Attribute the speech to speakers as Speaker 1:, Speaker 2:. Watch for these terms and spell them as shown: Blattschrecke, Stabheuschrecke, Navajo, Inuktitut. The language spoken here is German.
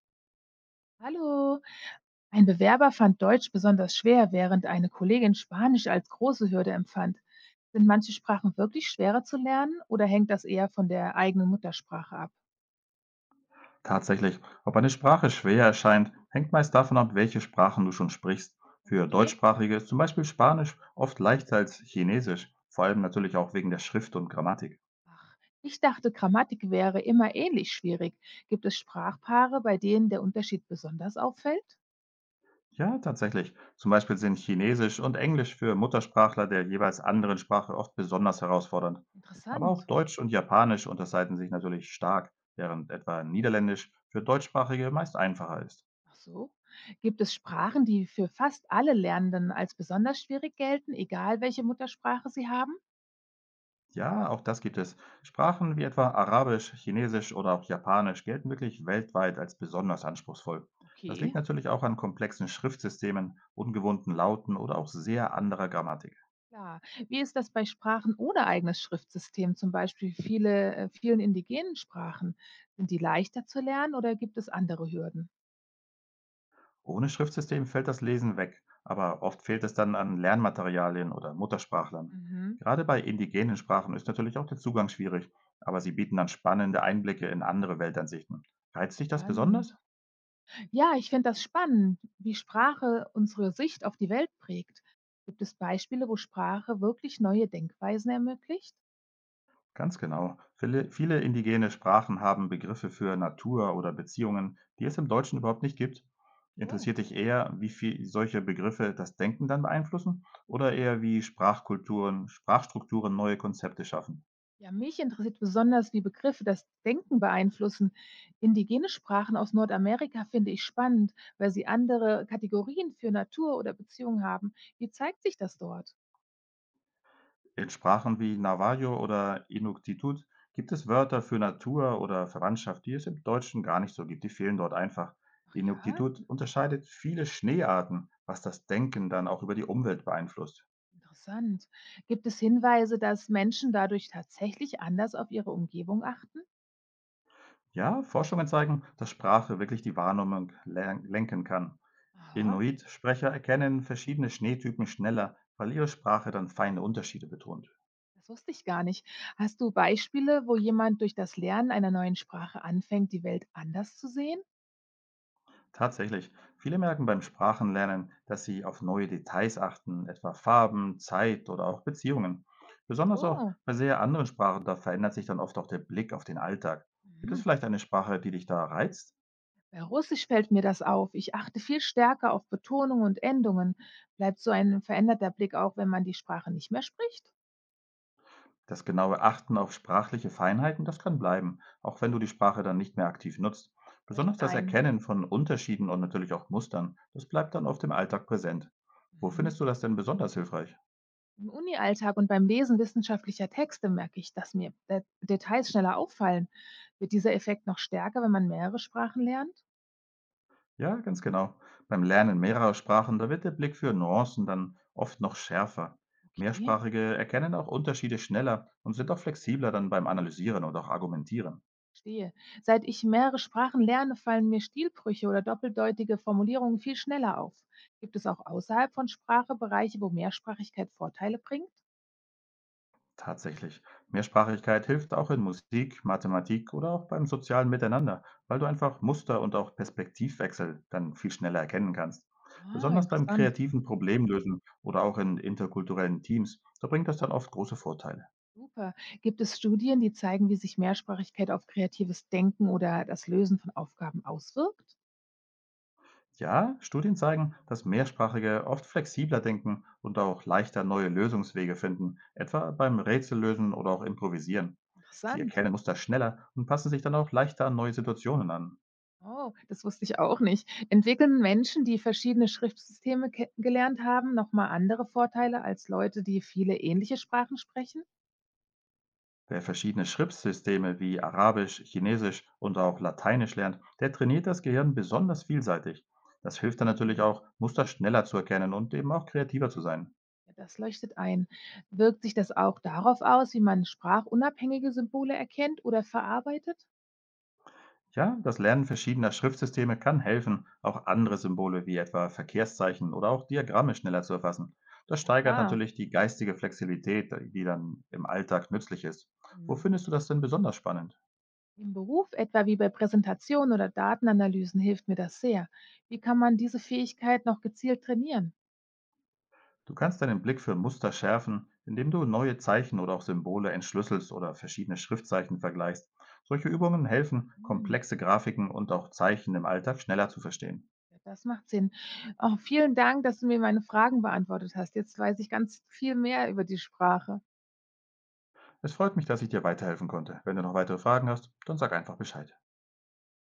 Speaker 1: Hallo, ein Bewerber fand Deutsch besonders schwer, während eine Kollegin Spanisch als große Hürde empfand. Sind manche Sprachen wirklich schwerer zu lernen oder hängt das eher von der eigenen Muttersprache ab?
Speaker 2: Tatsächlich, ob eine Sprache schwer erscheint, hängt meist davon ab, welche Sprachen du schon sprichst. Für
Speaker 1: Okay.
Speaker 2: Deutschsprachige ist zum Beispiel Spanisch oft leichter als Chinesisch, vor allem natürlich auch wegen der Schrift und Grammatik.
Speaker 1: Ach, ich dachte, Grammatik wäre immer ähnlich schwierig. Gibt es Sprachpaare, bei denen der Unterschied besonders auffällt?
Speaker 2: Ja, tatsächlich. Zum Beispiel sind Chinesisch und Englisch für Muttersprachler der jeweils anderen Sprache oft besonders herausfordernd. Aber auch
Speaker 1: Interessant.
Speaker 2: Deutsch und Japanisch unterscheiden sich natürlich stark, während etwa Niederländisch für Deutschsprachige meist einfacher ist.
Speaker 1: Ach so. Gibt es Sprachen, die für fast alle Lernenden als besonders schwierig gelten, egal welche Muttersprache sie haben?
Speaker 2: Ja, auch das gibt es. Sprachen wie etwa Arabisch, Chinesisch oder auch Japanisch gelten wirklich weltweit als besonders anspruchsvoll. Das
Speaker 1: Okay.
Speaker 2: liegt natürlich auch an komplexen Schriftsystemen, ungewohnten Lauten oder auch sehr anderer Grammatik.
Speaker 1: Klar. Wie ist das bei Sprachen ohne eigenes Schriftsystem, zum Beispiel viele, vielen indigenen Sprachen? Sind die leichter zu lernen oder gibt es andere Hürden?
Speaker 2: Ohne Schriftsystem fällt das Lesen weg, aber oft fehlt es dann an Lernmaterialien oder Muttersprachlern.
Speaker 1: Mhm.
Speaker 2: Gerade bei indigenen Sprachen ist natürlich auch der Zugang schwierig, aber sie bieten dann spannende Einblicke in andere Weltansichten. Reizt dich das
Speaker 1: Spannend.
Speaker 2: besonders?
Speaker 1: Ja, ich finde das spannend, wie Sprache unsere Sicht auf die Welt prägt. Gibt es Beispiele, wo Sprache wirklich neue Denkweisen ermöglicht?
Speaker 2: Ganz genau. Viele, viele indigene Sprachen haben Begriffe für Natur oder Beziehungen, die es im Deutschen überhaupt nicht gibt.
Speaker 1: Oh.
Speaker 2: Interessiert dich eher, wie viel solche Begriffe das Denken dann beeinflussen oder eher wie Sprachkulturen, Sprachstrukturen neue Konzepte schaffen?
Speaker 1: Ja, mich interessiert besonders, wie Begriffe das Denken beeinflussen. Indigene Sprachen aus Nordamerika finde ich spannend, weil sie andere Kategorien für Natur oder Beziehung haben. Wie zeigt sich das dort?
Speaker 2: In Sprachen wie Navajo oder Inuktitut gibt es Wörter für Natur oder Verwandtschaft, die es im Deutschen gar nicht so gibt. Die fehlen dort einfach.
Speaker 1: Ach ja,
Speaker 2: Inuktitut unterscheidet viele Schneearten, was das Denken dann auch über die Umwelt beeinflusst.
Speaker 1: interessant. Gibt es Hinweise, dass Menschen dadurch tatsächlich anders auf ihre Umgebung achten?
Speaker 2: Ja, Forschungen zeigen, dass Sprache wirklich die Wahrnehmung lenken kann.
Speaker 1: Aha,
Speaker 2: Inuit-Sprecher erkennen verschiedene Schneetypen schneller, weil ihre Sprache dann feine Unterschiede betont.
Speaker 1: das wusste ich gar nicht. Hast du Beispiele, wo jemand durch das Lernen einer neuen Sprache anfängt, die Welt anders zu sehen?
Speaker 2: Tatsächlich, viele merken beim Sprachenlernen, dass sie auf neue Details achten, etwa Farben, Zeit oder auch Beziehungen. Besonders auch
Speaker 1: So.
Speaker 2: bei sehr anderen Sprachen, da verändert sich dann oft auch der Blick auf den Alltag. Gibt es
Speaker 1: Mhm.
Speaker 2: vielleicht eine Sprache, die dich da reizt?
Speaker 1: Bei Russisch fällt mir das auf. Ich achte viel stärker auf Betonung und Endungen. Bleibt so ein veränderter Blick auch, wenn man die Sprache nicht mehr spricht?
Speaker 2: Das genaue Achten auf sprachliche Feinheiten, das kann bleiben, auch wenn du die Sprache dann nicht mehr aktiv nutzt. Besonders
Speaker 1: Leuchtet
Speaker 2: das
Speaker 1: ein.
Speaker 2: Erkennen von Unterschieden und natürlich auch Mustern, das bleibt dann oft im Alltag präsent. Wo findest
Speaker 1: Mhm.
Speaker 2: du das denn besonders hilfreich?
Speaker 1: Im Uni-Alltag und beim Lesen wissenschaftlicher Texte merke ich, dass mir De Details schneller auffallen. Wird dieser Effekt noch stärker, wenn man mehrere Sprachen lernt?
Speaker 2: Ja, ganz genau. Beim Lernen mehrerer Sprachen, da wird der Blick für Nuancen dann oft noch schärfer.
Speaker 1: Okay,
Speaker 2: Mehrsprachige erkennen auch Unterschiede schneller und sind auch flexibler dann beim Analysieren und auch Argumentieren.
Speaker 1: verstehe. Seit ich mehrere Sprachen lerne, fallen mir Stilbrüche oder doppeldeutige Formulierungen viel schneller auf. Gibt es auch außerhalb von Sprache Bereiche, wo Mehrsprachigkeit Vorteile bringt?
Speaker 2: Tatsächlich. Mehrsprachigkeit hilft auch in Musik, Mathematik oder auch beim sozialen Miteinander, weil du einfach Muster und auch Perspektivwechsel dann viel schneller erkennen kannst.
Speaker 1: Ah,
Speaker 2: Besonders beim
Speaker 1: interessant.
Speaker 2: kreativen Problemlösen oder auch in interkulturellen Teams, da bringt das dann oft große Vorteile.
Speaker 1: Super. Gibt es Studien, die zeigen, wie sich Mehrsprachigkeit auf kreatives Denken oder das Lösen von Aufgaben auswirkt?
Speaker 2: Ja, Studien zeigen, dass Mehrsprachige oft flexibler denken und auch leichter neue Lösungswege finden, etwa beim Rätsellösen oder auch Improvisieren. Sie
Speaker 1: Interessant.
Speaker 2: erkennen Muster schneller und passen sich dann auch leichter an neue Situationen an.
Speaker 1: Oh, das wusste ich auch nicht. Entwickeln Menschen, die verschiedene Schriftsysteme gelernt haben, nochmal andere Vorteile als Leute, die viele ähnliche Sprachen sprechen?
Speaker 2: Wer verschiedene Schriftsysteme wie Arabisch, Chinesisch und auch Lateinisch lernt, der trainiert das Gehirn besonders vielseitig. Das hilft dann natürlich
Speaker 1: Hm,
Speaker 2: auch, Muster schneller zu erkennen und eben auch kreativer zu sein.
Speaker 1: ja, das leuchtet ein. Wirkt sich das auch darauf aus, wie man sprachunabhängige Symbole erkennt oder verarbeitet?
Speaker 2: Ja, das Lernen verschiedener Schriftsysteme kann helfen, auch andere Symbole wie etwa Verkehrszeichen oder auch Diagramme schneller zu erfassen. Das
Speaker 1: Ja
Speaker 2: steigert
Speaker 1: klar.
Speaker 2: natürlich die geistige Flexibilität, die dann im Alltag nützlich ist. Wo
Speaker 1: Hm.
Speaker 2: findest du das denn besonders spannend?
Speaker 1: Im Beruf, etwa wie bei Präsentationen oder Datenanalysen, hilft mir das sehr. Wie kann man diese Fähigkeit noch gezielt trainieren?
Speaker 2: Du kannst deinen Blick für Muster schärfen, indem du neue Zeichen oder auch Symbole entschlüsselst oder verschiedene Schriftzeichen vergleichst. Solche Übungen helfen,
Speaker 1: Hm,
Speaker 2: komplexe Grafiken und auch Zeichen im Alltag schneller zu verstehen.
Speaker 1: ja, das macht Sinn. Auch vielen Dank, dass du mir meine Fragen beantwortet hast. Jetzt weiß ich ganz viel mehr über die Sprache.
Speaker 2: Es freut mich, dass ich dir weiterhelfen konnte. Wenn du noch weitere Fragen hast, dann sag einfach Bescheid.